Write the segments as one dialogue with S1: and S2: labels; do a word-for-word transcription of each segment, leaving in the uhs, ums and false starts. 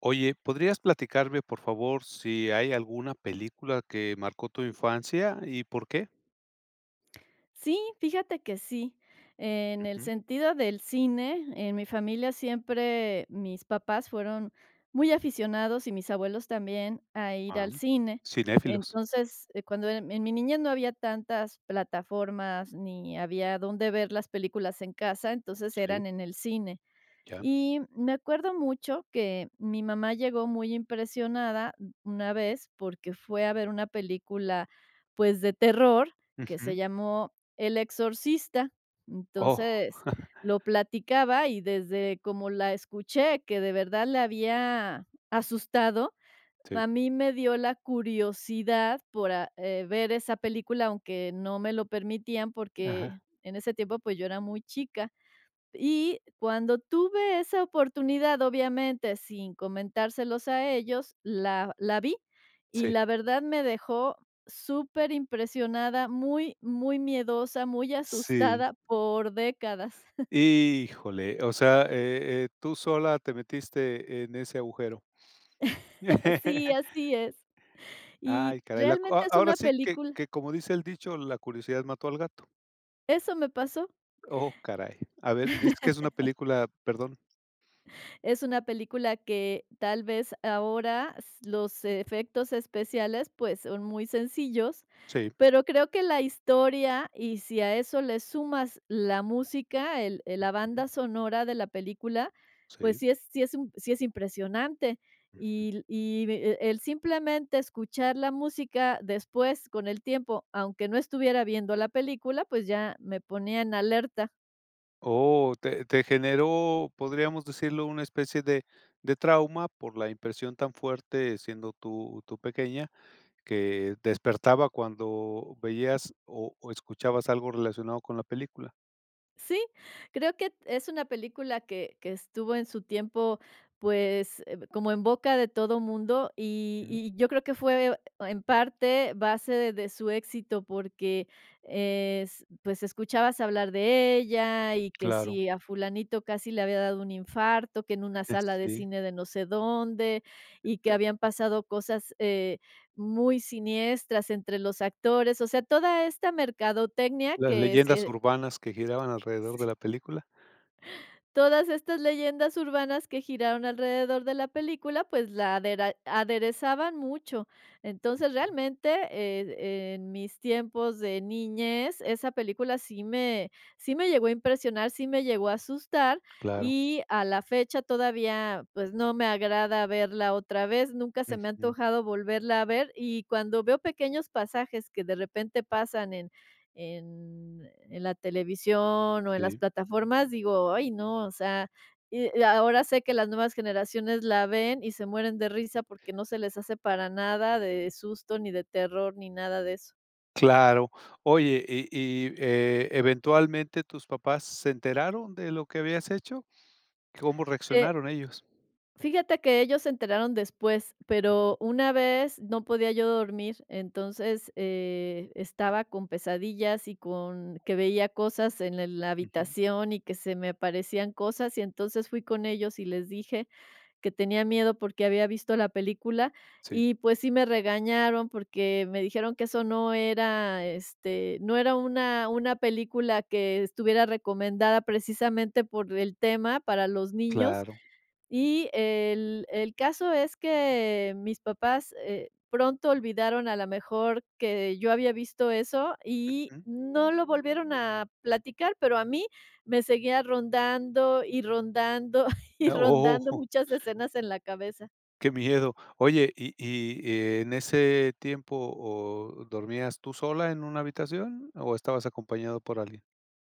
S1: Oye, ¿podrías platicarme, por favor, si hay alguna película que marcó tu infancia y por qué?
S2: Sí, fíjate que sí. En el
S1: Ujú.
S2: sentido del cine, en mi familia siempre mis papás fueron muy aficionados y mis abuelos también a ir
S1: Ah,
S2: al cine.
S1: cinéfilos.
S2: Entonces, eh, cuando en, en mi niñez no había tantas plataformas ni había dónde ver las películas en casa, entonces
S1: Sí,
S2: eran en el cine.
S1: ya.
S2: Y me acuerdo mucho que mi mamá llegó muy impresionada una vez porque fue a ver una película, pues, de terror que
S1: Ujú.
S2: se llamó El Exorcista.
S1: Oh,
S2: Entonces, lo platicaba y desde como la escuché, que de verdad le había asustado,
S1: sí.
S2: a mí me dio la curiosidad por a eh, ver esa película, aunque no me lo permitían
S1: Ajá,
S2: porque en ese tiempo, pues, yo era muy chica. Y cuando tuve esa oportunidad, obviamente, sin comentárselos a ellos, la la vi, y
S1: sí.
S2: la verdad me dejó superimpresionada, muy, muy miedosa, muy
S1: Sí.
S2: asustada por décadas.
S1: Híjole, o sea, eh, eh, tú sola te metiste en ese agujero.
S2: Sí, así es. Y
S1: Ay, caray, la cu- a
S2: realmente es
S1: ahora
S2: una
S1: sí que
S2: película
S1: que como dice el dicho: "La curiosidad mató al gato".
S2: eso me pasó.
S1: Oh, caray. A ver, ¿es que es una película, perdón.
S2: Es una película que tal vez ahora s- los efectos especiales pues son muy sencillos,
S1: Sí.
S2: pero creo que la historia y si a eso le sumas la música, el- el- la
S1: Ujú.
S2: banda sonora de la película, pues
S1: Sí.
S2: sí es, sí es, un- sí es impresionante. Y, y e- el simplemente escuchar la música después con el tiempo, aunque no estuviera viendo la película, pues ya me ponía en alerta.
S1: Oh, te te generó, podríamos decirlo, una especie de de trauma por la impresión tan fuerte, siendo tú tú pequeña, que despertaba cuando veías o o escuchabas algo relacionado con la película.
S2: Sí, creo que es una película que que estuvo en su tiempo, pues, eh, como en boca de todo mundo, y
S1: Ujú,
S2: y yo creo que fue en parte base de de su éxito, porque es pues, escuchabas hablar de ella, y que
S1: claro,
S2: si a fulanito casi le había dado un infarto, que en una
S1: eh,
S2: sala de
S1: sí,
S2: cine de no sé dónde, y que habían pasado cosas, eh, muy siniestras entre los actores. O sea, toda esta mercadotecnia
S1: las
S2: que
S1: leyendas
S2: se
S1: urbanas que giraban alrededor de la película.
S2: Todas estas leyendas urbanas que giraron alrededor de la película, pues la adera- aderezaban mucho. Entonces,
S1: Ujú,
S2: realmente, eh, en mis tiempos de niñez, esa película sí me, sí me llegó a impresionar, sí me llegó a asustar
S1: claro,
S2: y a la fecha todavía, pues no me agrada verla otra vez, nunca se me ha
S1: ujú,
S2: antojado volverla a ver y cuando veo pequeños pasajes que de repente pasan en en la televisión o en las
S1: sí,
S2: plataformas, digo: "Ay, no", o sea, y y ahora sé que las nuevas generaciones la ven y se mueren de risa porque no se les hace para nada de susto, ni de terror, ni nada de eso.
S1: claro. Oye, y y, eh, ¿eventualmente tus papás se enteraron de lo que habías hecho? ¿Cómo
S2: Eh,
S1: reaccionaron ellos?
S2: Fíjate que ellos se enteraron después,
S1: Ujú.
S2: pero una vez no podía yo dormir, entonces, eh, estaba con pesadillas y con que veía cosas en el la
S1: Ujú.
S2: habitación y que se me aparecían cosas, y entonces fui con ellos y les dije, que tenía miedo porque había visto la película
S1: Sí,
S2: y, pues, sí me regañaron porque me dijeron que eso no era, este, no era una una película que estuviera recomendada precisamente por el tema para los niños.
S1: claro.
S2: Y el el caso es que mis papás, eh, pronto olvidaron a lo mejor que yo había visto eso y
S1: Ujú.
S2: no lo volvieron a platicar, pero a mí me seguía rondando y rondando y rondando
S1: ¡Oh!
S2: muchas escenas en la cabeza.
S1: Qué miedo. Oye, y y eh, en ese tiempo, o, ¿dormías tú sola en una habitación o estabas acompañado por alguien?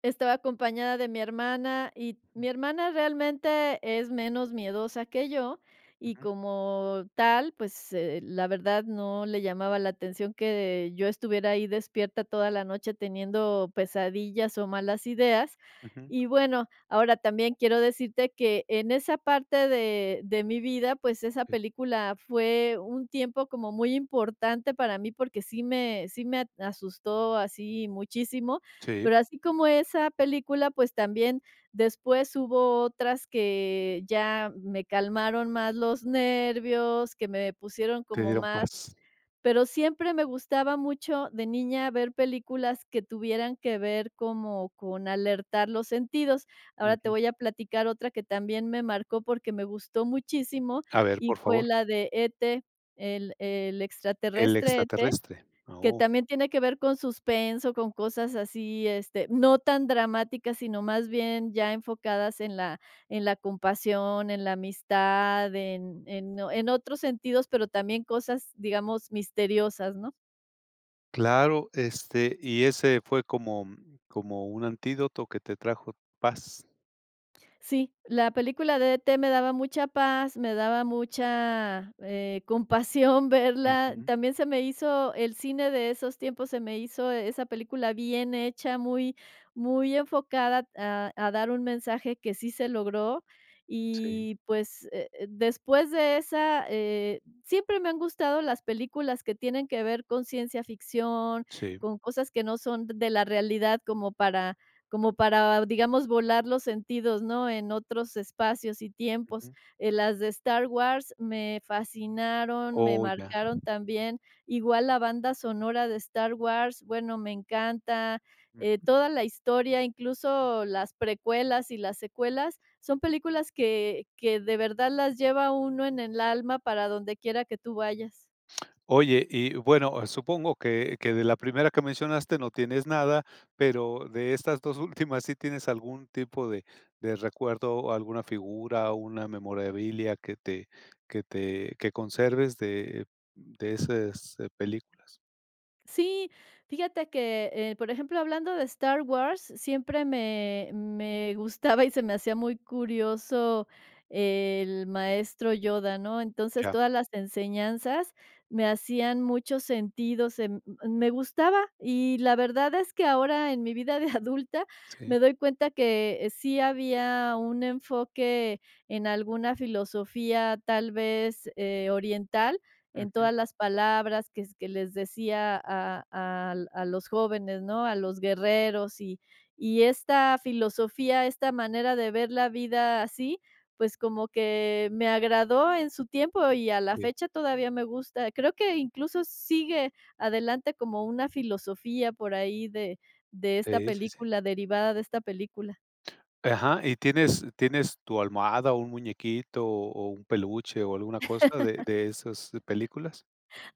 S2: Estaba acompañada de mi hermana, y mi hermana realmente es menos miedosa que yo, y
S1: Ujú,
S2: como tal, pues, eh, la verdad no le llamaba la atención que yo estuviera ahí despierta toda la noche teniendo pesadillas o malas ideas.
S1: ujú.
S2: Y bueno, ahora también quiero decirte que en esa parte de de mi vida, pues, esa
S1: Sí.
S2: película fue un tiempo como muy importante para mí, porque sí me sí me asustó así muchísimo,
S1: Sí,
S2: pero así como esa película, pues también después hubo otras que ya me calmaron más los nervios, que me pusieron
S1: te
S2: como
S1: dieron
S2: más
S1: paz.
S2: pero siempre me gustaba mucho de niña ver películas que tuvieran que ver como con alertar los sentidos. Ahora te
S1: Ujú.
S2: voy a platicar otra que también me marcó porque me gustó muchísimo
S1: A ver,
S2: y
S1: por
S2: fue
S1: favor,
S2: la de E T, el el
S1: el
S2: extraterrestre E T.
S1: extraterrestre.
S2: Que
S1: Oh.
S2: también tiene que ver con suspenso, con cosas así, este, no tan dramáticas, sino más bien ya enfocadas en la en la compasión, en la amistad, en en o- en otros sentidos, pero también cosas, digamos, misteriosas, ¿no?
S1: Claro, este, y ese fue como como un antídoto que te trajo paz.
S2: Sí, la película de E T me daba mucha paz, me daba mucha, eh, compasión verla.
S1: Ujú.
S2: También se me hizo el cine de esos tiempos, se me hizo esa película bien hecha, muy muy enfocada a a dar un mensaje que sí se logró.
S1: Sí,
S2: Y, pues, eh, eh, después de esa, eh, siempre me han gustado las películas que tienen que ver con ciencia ficción,
S1: sí.
S2: con cosas que no son de la realidad como para como para, digamos, volar los sentidos, ¿no? En otros espacios y tiempos.
S1: Ujú.
S2: Eh, las de Star Wars me fascinaron, me
S1: Oh, ya.
S2: marcaron también. Igual la banda sonora de Star Wars, bueno, me encanta. Eh,
S1: Mm.
S2: toda la historia, incluso las precuelas y las secuelas, son películas que que de verdad las lleva uno en el alma para donde quiera que tú vayas.
S1: Oye, y bueno, supongo que que de la primera que mencionaste no tienes nada, pero de estas dos últimas, ¿sí tienes algún tipo de de recuerdo o alguna figura, una memorabilia que te que te que conserves de de esas eh, películas?
S2: Sí, fíjate que, eh, por ejemplo, hablando de Star Wars, siempre me me gustaba y se me hacía muy curioso el maestro Yoda, ¿no? Entonces,
S1: Ya.
S2: todas las enseñanzas me hacían mucho sentido, se m me gustaba, y la verdad es que ahora en mi vida de adulta
S1: Sí.
S2: me doy cuenta que eh, sí había un enfoque en alguna filosofía, tal vez, eh, oriental en
S1: Ujú.
S2: todas las palabras que, que les decía a, a- a los jóvenes, ¿no? A los guerreros y, y esta filosofía, esta manera de ver la vida así, pues como que me agradó en su tiempo y a la
S1: Sí.
S2: fecha todavía me gusta. Creo que incluso sigue adelante como una filosofía por ahí de, de esta
S1: Sí, sí, sí.
S2: película, derivada de esta película.
S1: Ajá, ¿y tienes tienes tu almohada, o un muñequito, o o un peluche, o alguna cosa de de esas películas?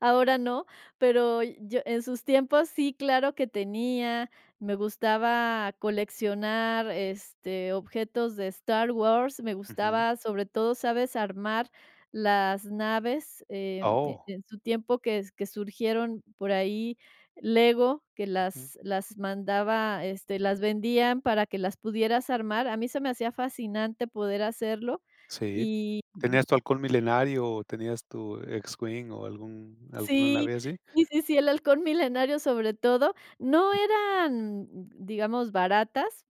S2: Ahora no, pero yo en sus tiempos sí, claro que tenía. Me gustaba coleccionar, este, objetos de Star Wars, me
S1: Ujú.
S2: gustaba, sobre todo, ¿sabes?, armar las naves, em, e
S1: Oh,
S2: en su tiempo que que surgieron por ahí Lego, que
S1: ujú,
S2: las las mandaba, este, las vendían para que las pudieras armar. A mí se me hacía fascinante poder hacerlo
S1: sí.
S2: y
S1: ¿Tenías tu halcón milenario, o tenías tu X-wing, o algún alguna
S2: sí,
S1: nave así?
S2: sí, sí, sí, el halcón milenario, sobre todo, no eran, digamos, baratas,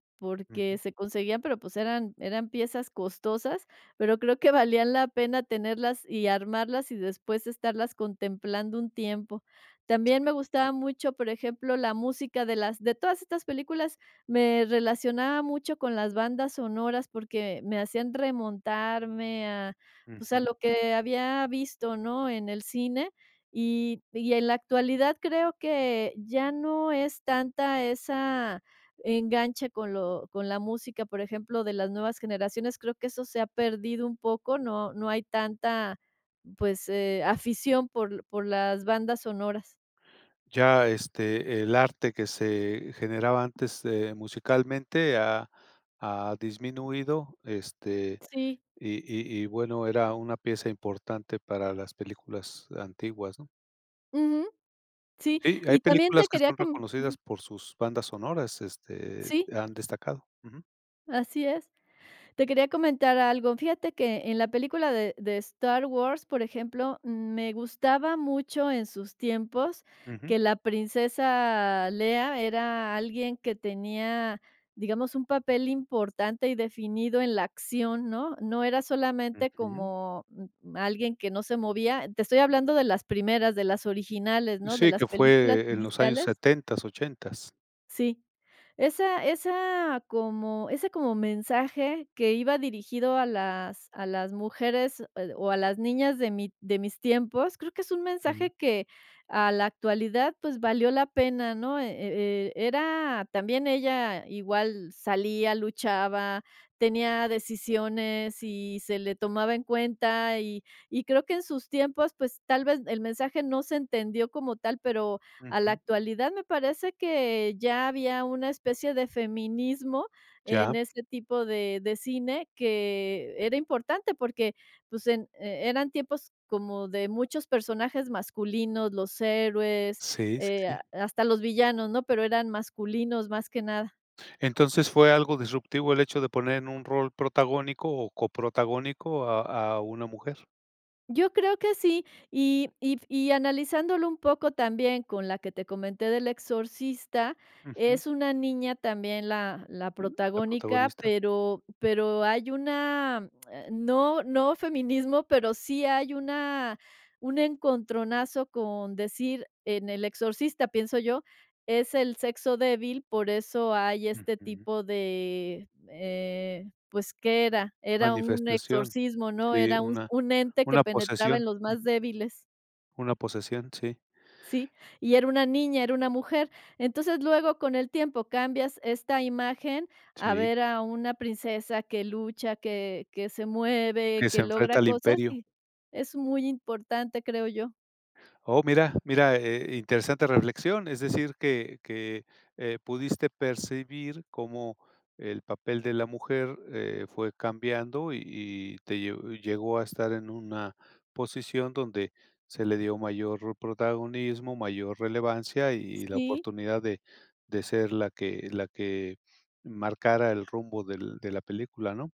S1: Ujú,
S2: porque se conseguían, pero, pues, eran eran piezas costosas, pero creo que valían la pena tenerlas y armarlas y después estarlas contemplando un tiempo. También
S1: sí,
S2: me gustaba mucho, por ejemplo, la música de las de todas estas películas, me relacionaba mucho con las bandas sonoras porque me hacían remontarme a, pues, a
S1: ujú.
S2: lo que había visto, ¿no?, en el cine. Y y en la actualidad creo que ya no es tanta esa enganche con lo con la música, por ejemplo, de las nuevas generaciones, creo que eso se ha perdido un poco, no no hay tanta, pues, eh, afición por por las bandas sonoras.
S1: Ya, este, el arte que se generaba antes, eh, musicalmente ha ha disminuido, este,
S2: Sí,
S1: y y y bueno, era una pieza importante para las películas antiguas, ¿no?
S2: ujú, sí,
S1: Sí, hay
S2: y también
S1: películas
S2: te
S1: que
S2: quería
S1: son
S2: com
S1: reconocidas por sus bandas sonoras, este,
S2: sí,
S1: han destacado. Ujú,
S2: así es. Te quería comentar algo. Fíjate que en la película de de Star Wars, por ejemplo, me gustaba mucho en sus tiempos
S1: ujú,
S2: que la princesa Leia era alguien que tenía, digamos, un papel importante y definido en la acción, ¿no? No era solamente
S1: ujú.
S2: como, mm, alguien que no se movía. Te estoy hablando de las primeras, de las originales, ¿no? De
S1: Sí, que
S2: las películas
S1: fue en los años
S2: iniciales.
S1: setentas, ochentas.
S2: Sí. Esa esa como ese como mensaje que iba dirigido a las a las mujeres, eh, o a las niñas de mi de mis tiempos, creo que es un
S1: Sí,
S2: mensaje que a la actualidad, pues, valió la pena, ¿no? E e e era también ella igual salía, luchaba, tenía decisiones y se le tomaba en cuenta, y y creo que en sus tiempos, pues, tal vez el mensaje no se entendió como tal, pero a la
S1: ujú.
S2: actualidad, me parece que ya había una especie de feminismo
S1: Ya,
S2: en ese tipo de de cine que era importante porque, pues, en e eran tiempos como de muchos personajes masculinos, los héroes,
S1: sí, sí,
S2: eh,
S1: sí.
S2: a- hasta los villanos, ¿no? Pero eran masculinos más que nada.
S1: Entonces, ¿fue algo disruptivo el hecho de poner en un rol protagónico o coprotagónico a a una mujer?
S2: Yo creo que sí, y y y analizándolo un poco también con la que te comenté del exorcista,
S1: Ujú,
S2: es una niña también la la
S1: la
S2: protagónica,
S1: protagonista.
S2: pero pero hay una, eh, no no feminismo, pero sí hay una un encontronazo con decir en el exorcista, pienso yo, es el sexo débil, por eso hay este
S1: Ujú.
S2: tipo de eh, pues, ¿qué era? Era un
S1: Manifestación,
S2: exorcismo, ¿no?
S1: sí,
S2: Era un
S1: una
S2: un ente que
S1: una
S2: penetraba
S1: posesión,
S2: en los más
S1: ujú,
S2: débiles,
S1: una posesión, sí,
S2: ¿sí? Y era una niña, era una mujer. Entonces, luego, con el tiempo, cambias esta imagen a
S1: sí,
S2: ver a una princesa que lucha, que que se mueve,
S1: que se
S2: que
S1: enfrenta
S2: logra
S1: al
S2: cosas,
S1: imperio.
S2: y es muy importante, creo yo.
S1: Oh, mira, mira, eh, interesante reflexión. Es decir, que, que eh, pudiste percibir cómo el papel de la mujer eh, fue cambiando y, y te lle- llegó a estar en una posición donde se le dio mayor protagonismo, mayor relevancia y, la
S2: Sí.
S1: oportunidad de, de ser la que, la que marcara el rumbo del- de la película, ¿no?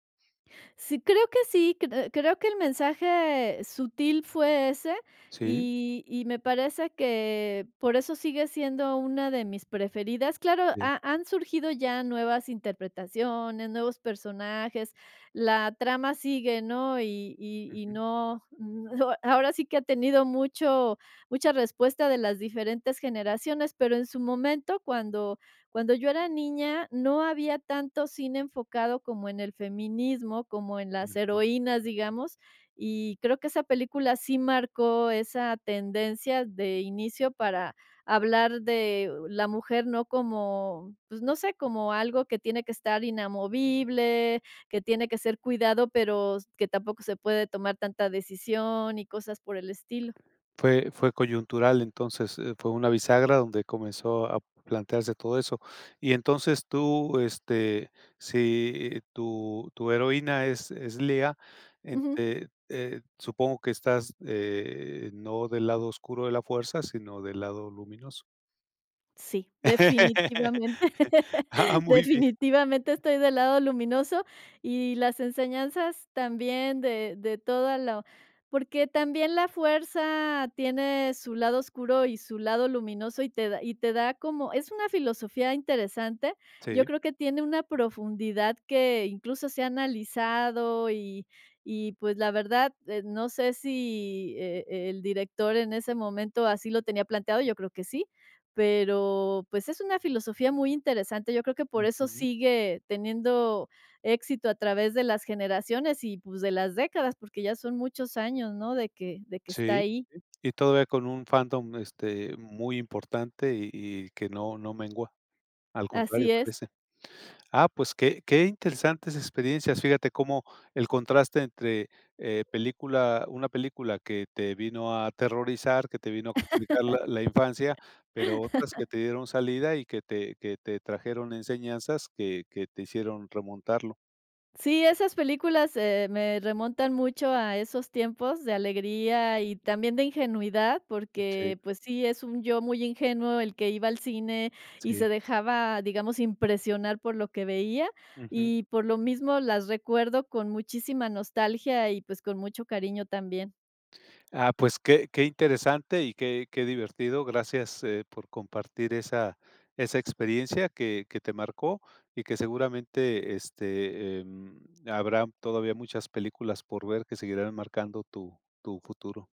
S2: Sí, creo que sí, cre creo que el mensaje sutil fue ese,
S1: Sí.
S2: y y me parece que por eso sigue siendo una de mis preferidas. Claro,
S1: Sí.
S2: ha han surgido ya nuevas interpretaciones, nuevos personajes, la trama sigue, ¿no? Y y y
S1: Ujú,
S2: no, no, ahora sí que ha tenido mucho mucha respuesta de las diferentes generaciones, pero en su momento, cuando cuando yo era niña, no había tanto cine enfocado como en el feminismo, como en las
S1: ujú.
S2: heroínas, digamos, y creo que esa película sí marcó esa tendencia de inicio para hablar de la mujer, no como, pues, no sé, como algo que tiene que estar inamovible, que tiene que ser cuidado, pero que tampoco se puede tomar tanta decisión y cosas por el estilo.
S1: Fue fue coyuntural, entonces, eh, fue una bisagra donde comenzó a plantearse todo eso. Y entonces tú, este, si tu tu heroína es es Lea, en
S2: Ujú.
S1: te eh, supongo que estás, eh, no del lado oscuro de la fuerza, sino del lado luminoso.
S2: Sí, definitivamente.
S1: Ah, muy bien.
S2: Definitivamente estoy del lado luminoso y las enseñanzas también de de toda la porque también la fuerza tiene su lado oscuro y su lado luminoso y te da y te da como es una filosofía interesante. Yo
S1: Sí.
S2: creo que tiene una profundidad que incluso se ha analizado y y pues la verdad, eh, no sé si, eh, el director en ese momento así lo tenía planteado, yo creo que sí. Pero, pues, es una filosofía muy interesante. Yo creo que por eso
S1: Ujú.
S2: sigue teniendo éxito a través de las generaciones y, pues, de las décadas, porque ya son muchos años, ¿no?, de que de que está
S1: Sí,
S2: ahí.
S1: y todavía con un fandom, este, muy importante y y que no no mengua, al contrario,
S2: Así es.
S1: crece. Ah, pues qué qué interesantes experiencias. Fíjate cómo el contraste entre, eh, película una película que te vino a aterrorizar, que te vino a complicar la la infancia, pero otras que te dieron salida y que te que te trajeron enseñanzas que que te hicieron remontarlo.
S2: Sí, esas películas, eh, me remontan mucho a esos tiempos de alegría y también de ingenuidad,
S1: Sí,
S2: porque, pues sí, es un yo muy ingenuo el que iba al cine y
S1: sí.
S2: se dejaba, digamos, impresionar por lo que veía,
S1: Ujú.
S2: y por lo mismo las recuerdo con muchísima nostalgia y, pues, con mucho cariño también.
S1: Ah, pues qué qué interesante y qué qué divertido. Gracias, eh, por compartir esa esa experiencia que que te marcó y que seguramente, este, em, habrá todavía muchas películas por ver que seguirán marcando tu tu futuro.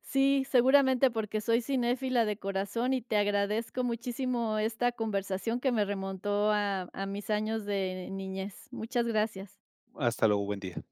S2: Sí, seguramente porque soy cinéfila de corazón y te agradezco muchísimo esta conversación que me remontó a a mis años de niñez. Muchas gracias.
S1: Hasta luego, buen día.